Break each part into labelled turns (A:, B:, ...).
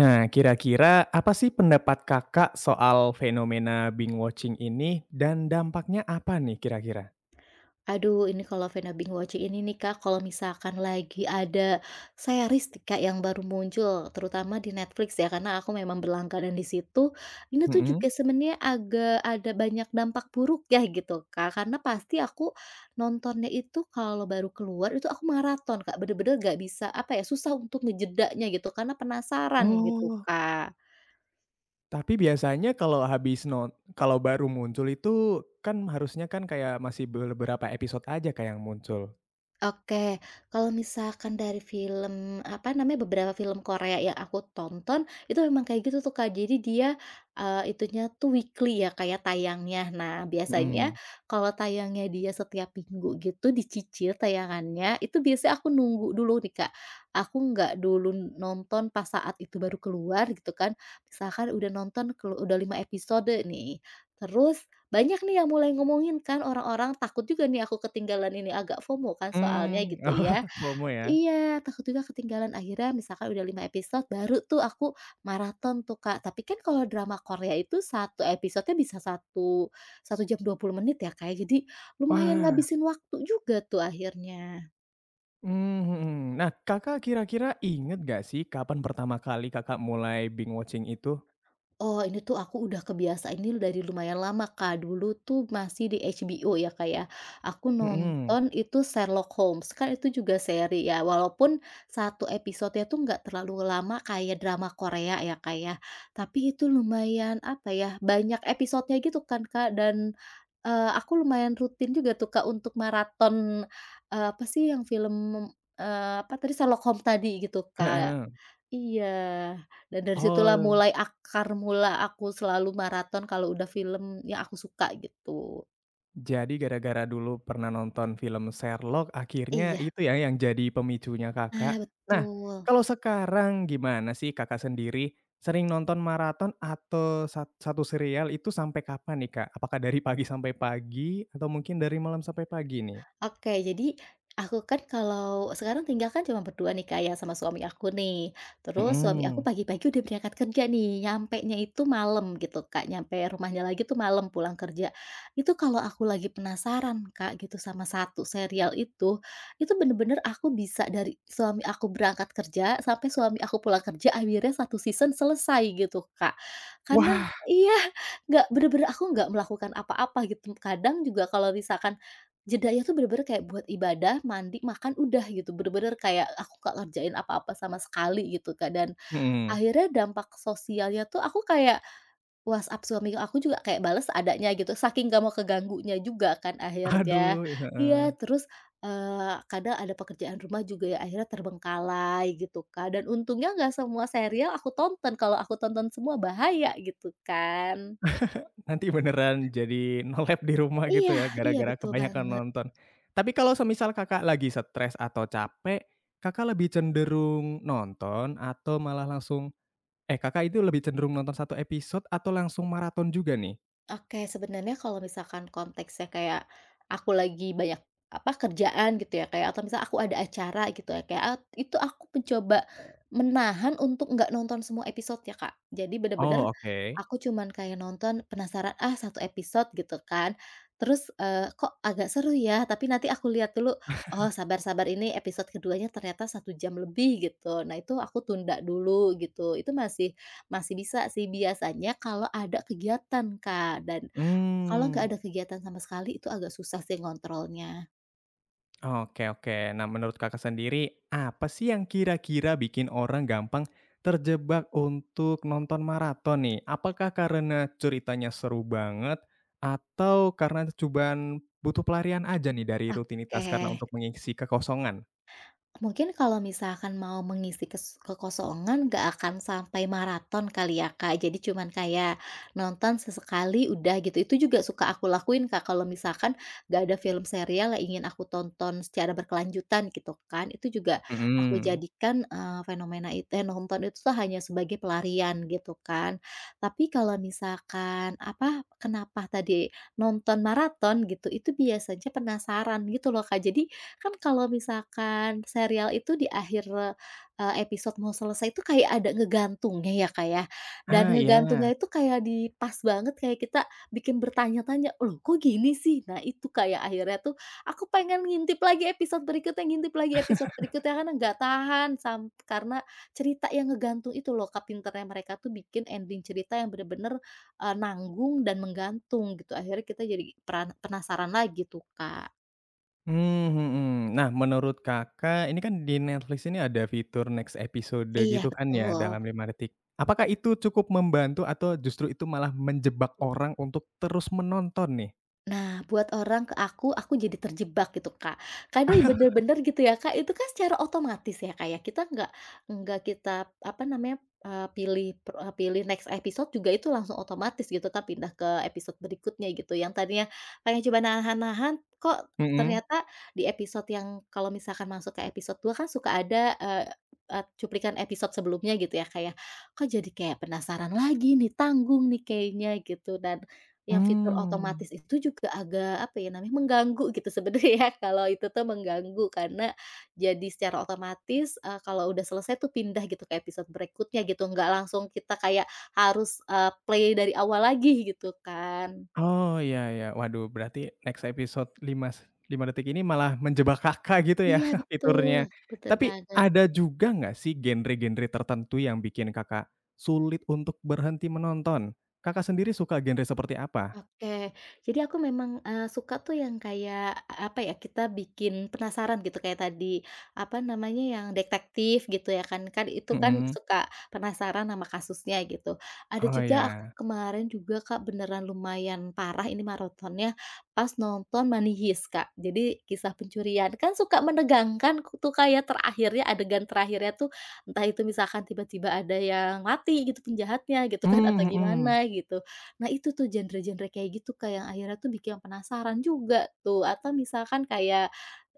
A: Nah, kira-kira apa sih pendapat Kakak soal fenomena binge watching ini dan dampaknya apa nih kira-kira?
B: Aduh, ini kalau Vena Bingbwaci ini nih, Kak, kalau misalkan lagi ada series nih, Kak, yang baru muncul, terutama di Netflix ya, karena aku memang berlangganan di situ. Ini tuh
A: Mhm.
B: juga sebenarnya agak ada banyak dampak buruk ya gitu, Kak, karena pasti aku nontonnya itu kalau baru keluar itu aku maraton, Kak, bener-bener nggak bisa, apa ya, susah untuk ngejedanya gitu, karena penasaran gitu,
A: Oh,
B: Kak.
A: tapi biasanya kalau habis kalau baru muncul itu kan harusnya kan kayak masih beberapa episode aja kayak yang muncul?
B: Oke, kalau misalkan dari film, apa namanya, beberapa film Korea yang aku tonton, itu memang kayak gitu tuh, Kak. Jadi dia, itunya tuh weekly ya, kayak tayangnya. Nah, biasanya
A: Mhm.
B: kalau tayangnya dia setiap minggu gitu, dicicil tayangannya, itu biasanya aku nunggu dulu nih, Kak. Aku nggak dulu nonton pas saat itu baru keluar gitu kan, misalkan udah nonton udah 5 episode nih, terus banyak nih yang mulai ngomongin kan orang-orang, takut juga nih aku ketinggalan ini, agak FOMO kan soalnya gitu
A: Oh,
B: ya.
A: FOMO ya?
B: Iya, takut juga ketinggalan, akhirnya misalkan udah 5 episode baru tuh aku maraton tuh, Kak. Tapi kan kalau drama Korea itu satu episodenya bisa satu satu jam 20 menit ya, Kak, ya, jadi lumayan
A: Wah,
B: ngabisin waktu juga tuh akhirnya.
A: mmm, mhm. Nah, Kakak kira-kira inget gak sih kapan pertama kali Kakak mulai binge watching itu?
B: Oh, ini tuh aku udah kebiasaan ini dari lumayan lama, Kak. Dulu tuh masih di HBO ya, Kak, ya. Aku
A: Mhm,
B: nonton itu Sherlock Holmes, kan itu juga seri ya, walaupun 1 episodenya tuh nggak terlalu lama kayak drama Korea ya, Kak, ya. Tapi itu lumayan, apa ya, banyak episodenya gitu kan, Kak, dan, aku lumayan rutin juga tuh, Kak, untuk maraton, apa sih yang film, apa tadi, Sherlock Holmes tadi gitu, Kak.
A: heeh.
B: Iya, dan dari situlah
A: Oh.
B: mulai akar mula aku selalu maraton kalau udah film yang aku suka gitu.
A: Jadi gara-gara dulu pernah nonton film Sherlock akhirnya
B: Iya,
A: itu ya yang jadi pemicunya
B: ah,
A: Kakak. Nah,
B: betul.
A: kalau sekarang gimana sih Kakak sendiri sering nonton maraton atau satu serial itu sampai kapan nih, Kak? Apakah dari pagi sampai pagi atau mungkin dari malam sampai pagi nih?
B: Oke, jadi aku kan kalau sekarang tinggal kan cuma berdua nih, Kak, ya, sama suami aku nih. Terus suami aku
A: Mhm.
B: pagi-pagi udah berangkat kerja nih, nyampenya itu malam gitu, Kak, nyampe rumahnya lagi tuh malam pulang kerja. Itu kalau aku lagi penasaran, Kak, gitu sama satu serial itu bener-bener aku bisa dari suami aku berangkat kerja sampai suami aku pulang kerja akhirnya satu season selesai gitu, Kak. Karena
A: Wah,
B: iya, nggak bener-bener aku nggak melakukan apa-apa gitu. Kadang juga kalau misalkan jedanya tuh bener-bener kayak buat ibadah, mandi, makan, udah gitu, bener-bener kayak aku nggak ngerjain apa-apa sama sekali gitu, Kak, dan
A: mhm.
B: akhirnya dampak sosialnya tuh aku kayak WhatsApp suami aku juga kayak bales adanya gitu, saking nggak mau keganggunya juga kan akhirnya.
A: Aduh, heeh.
B: Iya, terus, kadang ada pekerjaan rumah juga ya akhirnya terbengkalai gitu, Kak, dan untungnya nggak semua serial aku tonton, kalau aku tonton semua bahaya gitu kan.
A: Nanti beneran jadi nolep di rumah
B: Iya
A: gitu ya,
B: iya,
A: gara-gara
B: betul
A: kebanyakan
B: banget.
A: nonton. Tapi kalau semisal Kakak lagi stres atau capek, Kakak lebih cenderung nonton atau malah langsung Kakak itu lebih cenderung nonton satu episode atau langsung maraton juga nih?
B: Oke, sebenarnya kalau misalkan konteksnya kayak aku lagi banyak apa kerjaan gitu ya kayak atau misal aku ada acara gitu ya kayak itu aku mencoba menahan untuk nggak nonton semua episode ya, Kak. Jadi bener-bener
A: Oh, oke.
B: aku cuman kayak nonton penasaran ah satu episode gitu kan. Terus eh, kok agak seru ya, tapi nanti aku lihat dulu oh sabar-sabar ini episode keduanya ternyata 1 jam lebih gitu. Nah itu aku tunda dulu gitu. Itu masih masih bisa sih biasanya kalau ada kegiatan, Kak, dan kalau nggak
A: Mmm.
B: ada kegiatan sama sekali itu agak susah sih ngontrolnya.
A: Oke, oke. Nah, menurut Kakak sendiri, apa sih yang kira-kira bikin orang gampang terjebak untuk nonton maraton nih? Apakah karena ceritanya seru banget atau karena cobaan butuh pelarian aja nih dari rutinitas karena
B: Oke.
A: untuk mengisi kekosongan?
B: Mungkin kalau misalkan mau mengisi kekosongan nggak akan sampai maraton kali ya, Kak. Jadi cuman kayak nonton sesekali udah gitu. Itu juga suka aku lakuin, Kak, kalau misalkan nggak ada film serial yang ingin aku tonton secara berkelanjutan gitu kan. Itu juga aku
A: Mhm.
B: jadikan, fenomena itu nonton itu tuh hanya sebagai pelarian gitu kan. Tapi kalau misalkan apa, kenapa tadi nonton maraton gitu, itu biasanya penasaran gitu loh, Kak. Jadi kan kalau misalkan serial itu di akhir, episode mau selesai itu kayak ada ngegantungnya ya, Kak, ya. Dan
A: Ah,
B: ngegantungnya
A: iya.
B: itu kayak di pas banget kayak kita bikin bertanya-tanya, "Loh kok gini sih?" Nah itu, kayak akhirnya tuh aku pengen ngintip lagi episode berikutnya ngintip lagi episode berikutnya karena nggak tahan karena cerita yang ngegantung itu loh, Kak, pinternya mereka tuh bikin ending cerita yang bener-bener, nanggung dan menggantung gitu. Akhirnya kita jadi peran penasaran lagi tuh, Kak.
A: Mhm. Nah, menurut Kakak, ini kan di Netflix ini ada fitur next episode
B: Iya
A: gitu kan ya
B: betul.
A: dalam 5 detik. Apakah itu cukup membantu atau justru itu malah menjebak orang untuk terus menonton nih?
B: Nah, buat orang ke aku jadi terjebak gitu, Kak. Kadang bener-bener gitu ya, Kak, itu kan secara otomatis ya, Kak, ya. Kita nggak kita, apa namanya, pilih next episode juga itu langsung otomatis gitu kan pindah ke episode berikutnya gitu. Yang tadinya pengen coba nahan-nahan, kok
A: Mhm.
B: ternyata di episode yang kalau misalkan masuk ke episode 2 kan suka ada, eee eee, cuplikan episode sebelumnya gitu ya, kayak kok jadi kayak penasaran lagi nih, tanggung nih kayaknya gitu dan yang fitur
A: Mmm.
B: otomatis itu juga agak, apa ya namanya, mengganggu gitu sebenarnya kalau itu tuh mengganggu karena jadi secara otomatis, kalau udah selesai tuh pindah gitu ke episode berikutnya gitu, nggak langsung kita kayak harus, play dari awal lagi gitu kan.
A: Oh, iya, iya. Waduh, berarti next episode 5 detik ini malah menjebak Kakak gitu ya
B: Iya betul,
A: fiturnya.
B: bener
A: Tapi
B: banget.
A: ada juga nggak sih genre-genre tertentu yang bikin Kakak sulit untuk berhenti menonton? Kakak sendiri suka genre seperti apa?
B: Oke, jadi aku memang, suka tuh yang kayak, apa ya, kita bikin penasaran gitu kayak tadi, apa namanya, yang detektif gitu ya kan, kan itu kan
A: Mhm.
B: suka penasaran sama kasusnya gitu. Ada
A: Oh
B: juga aku
A: ya.
B: kemarin juga Kak beneran lumayan parah ini maratonnya, pas nonton Money Heist, Kak. Jadi kisah pencurian, kan suka menegangkan tuh kayak terakhirnya, adegan terakhirnya tuh entah itu misalkan tiba-tiba ada yang mati gitu penjahatnya gitu kan atau
A: Mmm, mhm,
B: gimana gitu. Nah itu tuh genre-genre kayak gitu, Kak, yang akhirnya tuh bikin penasaran juga tuh, atau misalkan kayak,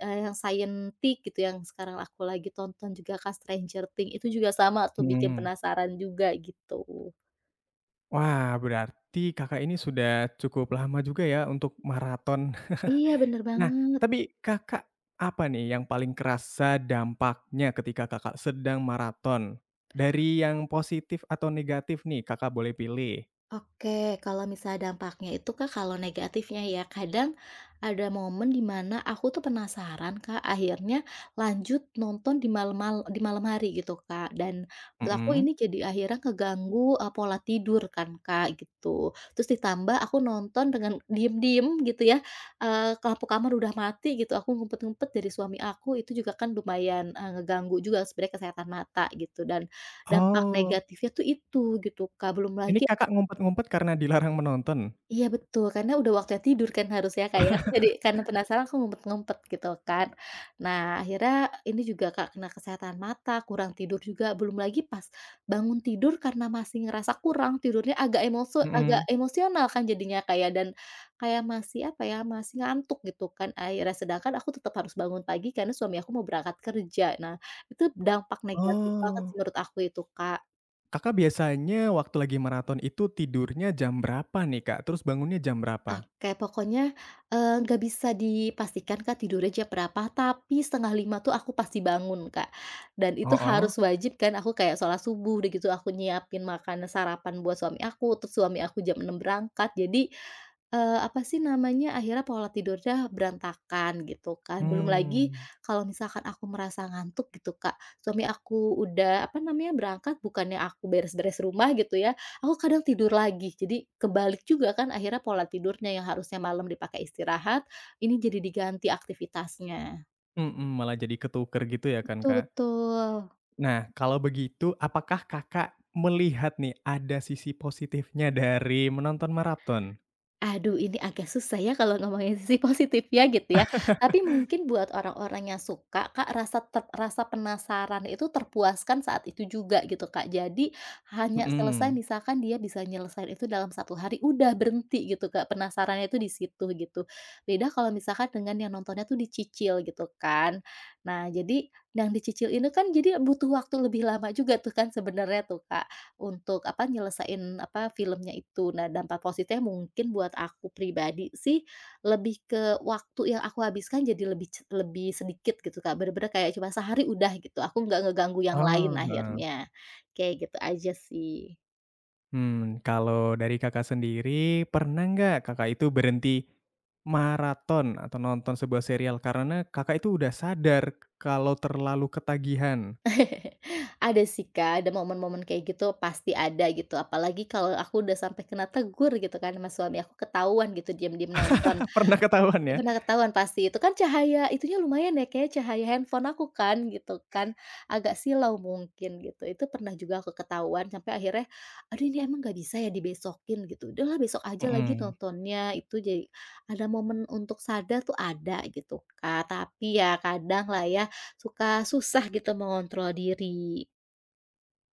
B: yang scientific gitu yang sekarang aku lagi tonton juga Kak, Stranger Things itu juga sama tuh bikin
A: mhm.
B: penasaran juga gitu.
A: Wah, berarti Kakak ini sudah cukup lama juga ya untuk maraton.
B: Iya bener
A: Nah,
B: banget.
A: tapi Kakak apa nih yang paling kerasa dampaknya ketika Kakak sedang maraton? Dari yang positif atau negatif nih, Kakak boleh pilih.
B: Oke, kalau misalnya dampaknya itu Kak, kalau negatifnya ya kadang ada momen di mana aku tuh penasaran Kak, akhirnya lanjut nonton di malam mal di malam hari gitu Kak, dan menurut aku
A: Mhm.
B: ini jadi akhirnya keganggu pola tidur kan Kak, gitu. Terus ditambah aku nonton dengan diem-diem gitu ya, lampu kamar udah mati gitu, aku ngumpet-ngumpet dari suami aku, itu juga kan lumayan, ngeganggu juga sebenarnya kesehatan mata gitu dan dampak
A: Oh,
B: negatifnya tuh itu gitu Kak, belum
A: ini
B: lagi
A: Kakak ngumpet-ngumpet karena dilarang menonton?
B: iya betul, karena udah waktunya tidur kan harusnya Kak ya, aku jadi karena penasaran aku ngumpet-ngumpet gitu kan. Nah akhirnya ini juga Kak, kena kesehatan mata, kurang tidur juga, belum lagi pas bangun tidur karena masih ngerasa kurang, tidurnya agak agak
A: Mhm.
B: emosional kan jadinya kayak dan kayak masih apa ya, masih ngantuk gitu kan akhirnya. Sedangkan aku tetap harus bangun pagi karena suami aku mau berangkat kerja. Nah itu dampak negatif banget sih
A: Oh,
B: menurut aku itu Kak.
A: Kakak biasanya waktu lagi maraton itu tidurnya jam berapa nih, Kak? Terus bangunnya jam berapa?
B: Oke, pokoknya, nggak bisa dipastikan Kak tidurnya jam berapa, tapi setengah lima tuh aku pasti bangun Kak, dan itu
A: Heeh.
B: harus wajib kan aku kayak sholat subuh, udah gitu aku nyiapin makanan sarapan buat suami aku, terus suami aku jam 6 berangkat, jadi apa sih namanya, akhirnya pola tidurnya berantakan gitu kan. Belum lagi
A: Mmm,
B: kalau misalkan aku merasa ngantuk gitu, Kak, suami aku udah apa namanya, berangkat bukannya aku beres-beres rumah gitu ya, aku kadang tidur lagi. Jadi kebalik juga kan akhirnya pola tidurnya yang harusnya malam dipakai istirahat, ini jadi diganti aktivitasnya.
A: mhm, malah jadi ketuker gitu ya kan,
B: Betul
A: Kak.
B: betul.
A: Nah, kalau begitu apakah Kakak melihat nih ada sisi positifnya dari menonton maraton?
B: Aduh, ini agak susah ya kalau ngomongin sisi positifnya gitu ya. Tapi mungkin buat orang-orang yang suka, Kak, rasa penasaran itu terpuaskan saat itu juga gitu, Kak. Jadi hanya selesai
A: Mhm.
B: misalkan dia bisa nyelesain itu dalam satu hari, udah berhenti gitu, Kak, penasarannya itu di situ gitu. Beda kalau misalkan dengan yang nontonnya tuh dicicil gitu kan. Nah, jadi yang dicicil ini kan jadi butuh waktu lebih lama juga tuh kan sebenarnya tuh, Kak. Untuk apa, nyelesain apa, filmnya itu. Nah, dampak positifnya mungkin buat aku pribadi sih, lebih ke waktu yang aku habiskan jadi lebih lebih sedikit gitu, Kak. Bener-bener kayak cuma sehari udah gitu, aku nggak ngeganggu yang lain
A: Oh, heeh.
B: akhirnya. Kayak gitu aja sih.
A: Kalau dari Kakak sendiri, pernah nggak Kakak itu berhenti maraton atau nonton sebuah serial karena Kakak itu udah sadar kalau terlalu ketagihan?
B: Ada sih, Kak, ada momen-momen kayak gitu pasti ada gitu, apalagi kalau aku udah sampai kena tegur gitu kan sama suami aku, ketahuan gitu diam-diam nonton.
A: Pernah ketahuan
B: Iya,
A: ya?
B: pernah ketahuan pasti, itu kan cahaya itunya lumayan ya, kayak cahaya handphone aku kan, gitu kan, agak silau mungkin gitu. Itu pernah juga aku ketahuan sampai akhirnya, "Aduh ini emang gak bisa ya dibesokin?" Gitu, "Udahlah besok aja lagi
A: Mhm.
B: nontonnya." Itu jadi ada momen untuk sadar tuh ada gitu, Kak, tapi ya kadang lah ya, suka susah gitu mengontrol diri.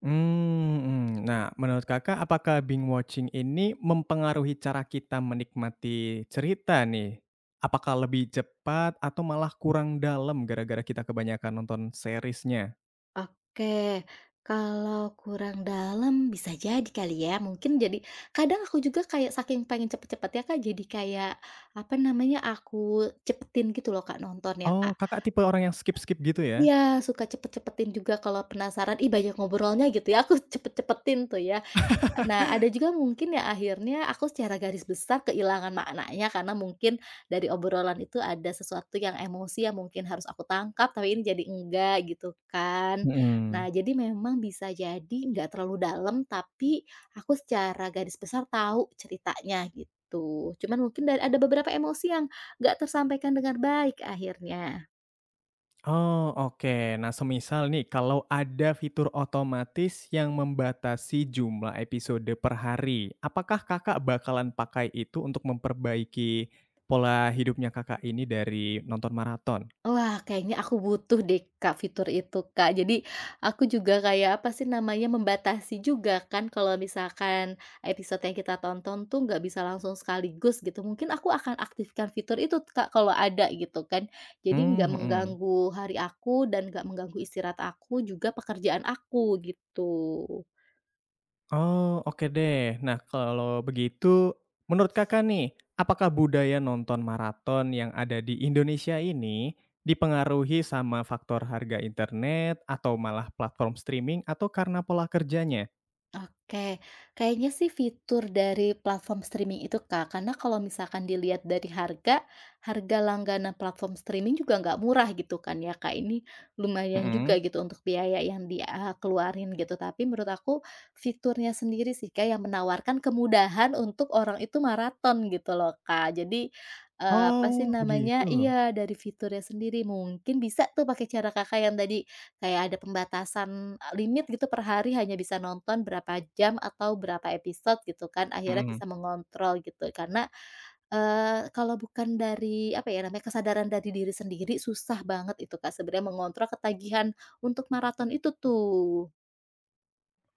A: Hmm, hmm. Nah, menurut Kakak apakah binge watching ini mempengaruhi cara kita menikmati cerita nih? Apakah lebih cepat atau malah kurang dalam gara-gara kita kebanyakan nonton seriesnya?
B: Oke, kalau kurang dalam bisa jadi kali ya, mungkin jadi kadang aku juga kayak saking pengen cepet ya Kak, jadi kayak, apa namanya, aku cepetin gitu loh Kak, nonton ya
A: Oh,
B: Kak.
A: Kakak tipe orang yang skip-skip gitu ya?
B: Iya, suka cepet-cepetin juga kalau penasaran, ih banyak ngobrolnya gitu ya, aku cepet-cepetin tuh ya. Nah, ada juga mungkin ya akhirnya aku secara garis besar kehilangan maknanya karena mungkin dari obrolan itu ada sesuatu yang emosi yang mungkin harus aku tangkap, tapi ini jadi enggak gitu kan. Nah,
A: Mhm.
B: jadi memang bisa jadi nggak terlalu dalam, tapi aku secara garis besar tahu ceritanya gitu. Cuman mungkin dari ada beberapa emosi yang nggak tersampaikan dengan baik akhirnya.
A: Oh, oke. Nah, semisal nih kalau ada fitur otomatis yang membatasi jumlah episode per hari, apakah Kakak bakalan pakai itu untuk memperbaiki pola hidupnya Kakak ini dari nonton maraton?
B: Wah, kayaknya aku butuh deh, Kak, fitur itu, Kak. Jadi aku juga kayak, apa sih namanya, membatasi juga kan kalau misalkan episode yang kita tonton tuh nggak bisa langsung sekaligus gitu. Mungkin aku akan aktifkan fitur itu, Kak, kalau ada gitu kan. Jadi nggak
A: Hmm, mhm.
B: mengganggu hari aku dan nggak mengganggu istirahat aku, juga pekerjaan aku gitu.
A: Oh, oke deh. Nah, kalau begitu menurut Kakak nih, apakah budaya nonton maraton yang ada di Indonesia ini dipengaruhi sama faktor harga internet atau malah platform streaming atau karena pola kerjanya?
B: Oke, kayaknya sih fitur dari platform streaming itu, Kak, karena kalau misalkan dilihat dari harga, harga langganan platform streaming juga nggak murah gitu kan ya, Kak, ini lumayan juga
A: Mhm.
B: gitu untuk biaya yang dia eh, keluarin gitu, tapi menurut aku fiturnya sendiri sih, Kak, yang menawarkan kemudahan untuk orang itu maraton gitu loh, Kak. Jadi, apa sih
A: Oh,
B: namanya
A: begitu.
B: iya, dari fiturnya sendiri mungkin bisa tuh pakai cara Kakak yang tadi kayak ada pembatasan, limit gitu per hari hanya bisa nonton berapa jam atau berapa episode gitu kan, akhirnya
A: Mhm.
B: bisa mengontrol gitu. Karena, kalau bukan dari, apa ya namanya, kesadaran dari diri sendiri susah banget itu Kak sebenarnya mengontrol ketagihan untuk maraton itu tuh.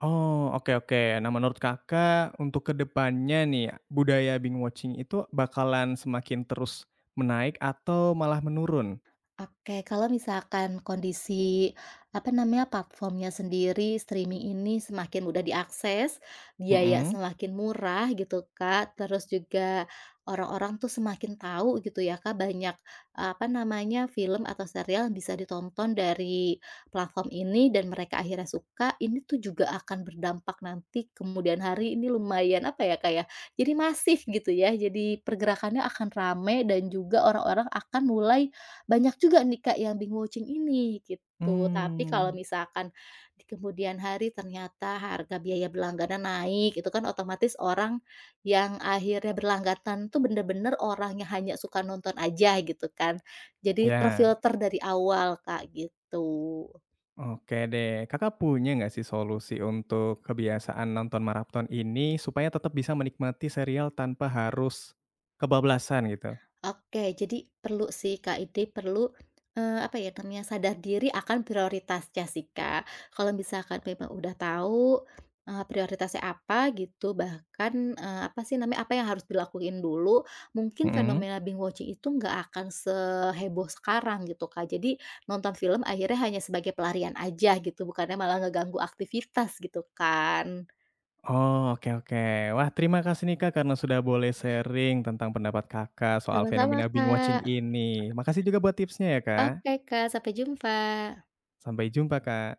A: Oh, oke, oke. Nah, menurut Kakak untuk ke depannya nih, budaya binge watching itu bakalan semakin terus menaik atau malah menurun?
B: Oke, kalau misalkan kondisi, apa namanya, platformnya sendiri, streaming ini semakin mudah diakses, biaya
A: Mhm.
B: semakin murah gitu, Kak, terus juga orang-orang tuh semakin tahu gitu ya, Kak, banyak, apa namanya, film atau serial yang bisa ditonton dari platform ini dan mereka akhirnya suka, ini tuh juga akan berdampak nanti kemudian hari ini lumayan, apa ya, Kak, ya, jadi masif gitu ya, jadi pergerakannya akan rame dan juga orang-orang akan mulai banyak juga nih, Kak, yang binge watching ini, gitu. Tapi kalau
A: Mmm,
B: misalkan di kemudian hari ternyata harga biaya berlangganan naik, itu kan otomatis orang yang akhirnya berlangganan tuh bener-bener orang yang hanya suka nonton aja gitu kan. Jadi
A: ya,
B: terfilter dari awal, Kak, gitu.
A: oke deh. Kakak punya nggak sih solusi untuk kebiasaan nonton maraton ini supaya tetap bisa menikmati serial tanpa harus kebablasan gitu?
B: Oke, jadi perlu sih Kak Ide, perlu, apa ya namanya, sadar diri akan prioritasnya sih Kak. Kalau misalkan memang udah tahu, prioritasnya apa gitu, bahkan, apa sih namanya, apa yang harus dilakuin dulu, mungkin
A: Mhm.
B: fenomena binge watching itu nggak akan seheboh sekarang gitu Kak. Jadi nonton film akhirnya hanya sebagai pelarian aja gitu, bukannya malah ngeganggu aktivitas gitu kan.
A: Oh, oke, oke. Wah, terima kasih nih, Kak, karena sudah boleh sharing tentang pendapat Kakak soal
B: Sama-sama
A: fenomena binge watching
B: Kak.
A: ini. Makasih juga buat tipsnya ya, Kak.
B: Oke Kak, sampai jumpa.
A: Sampai jumpa, Kak.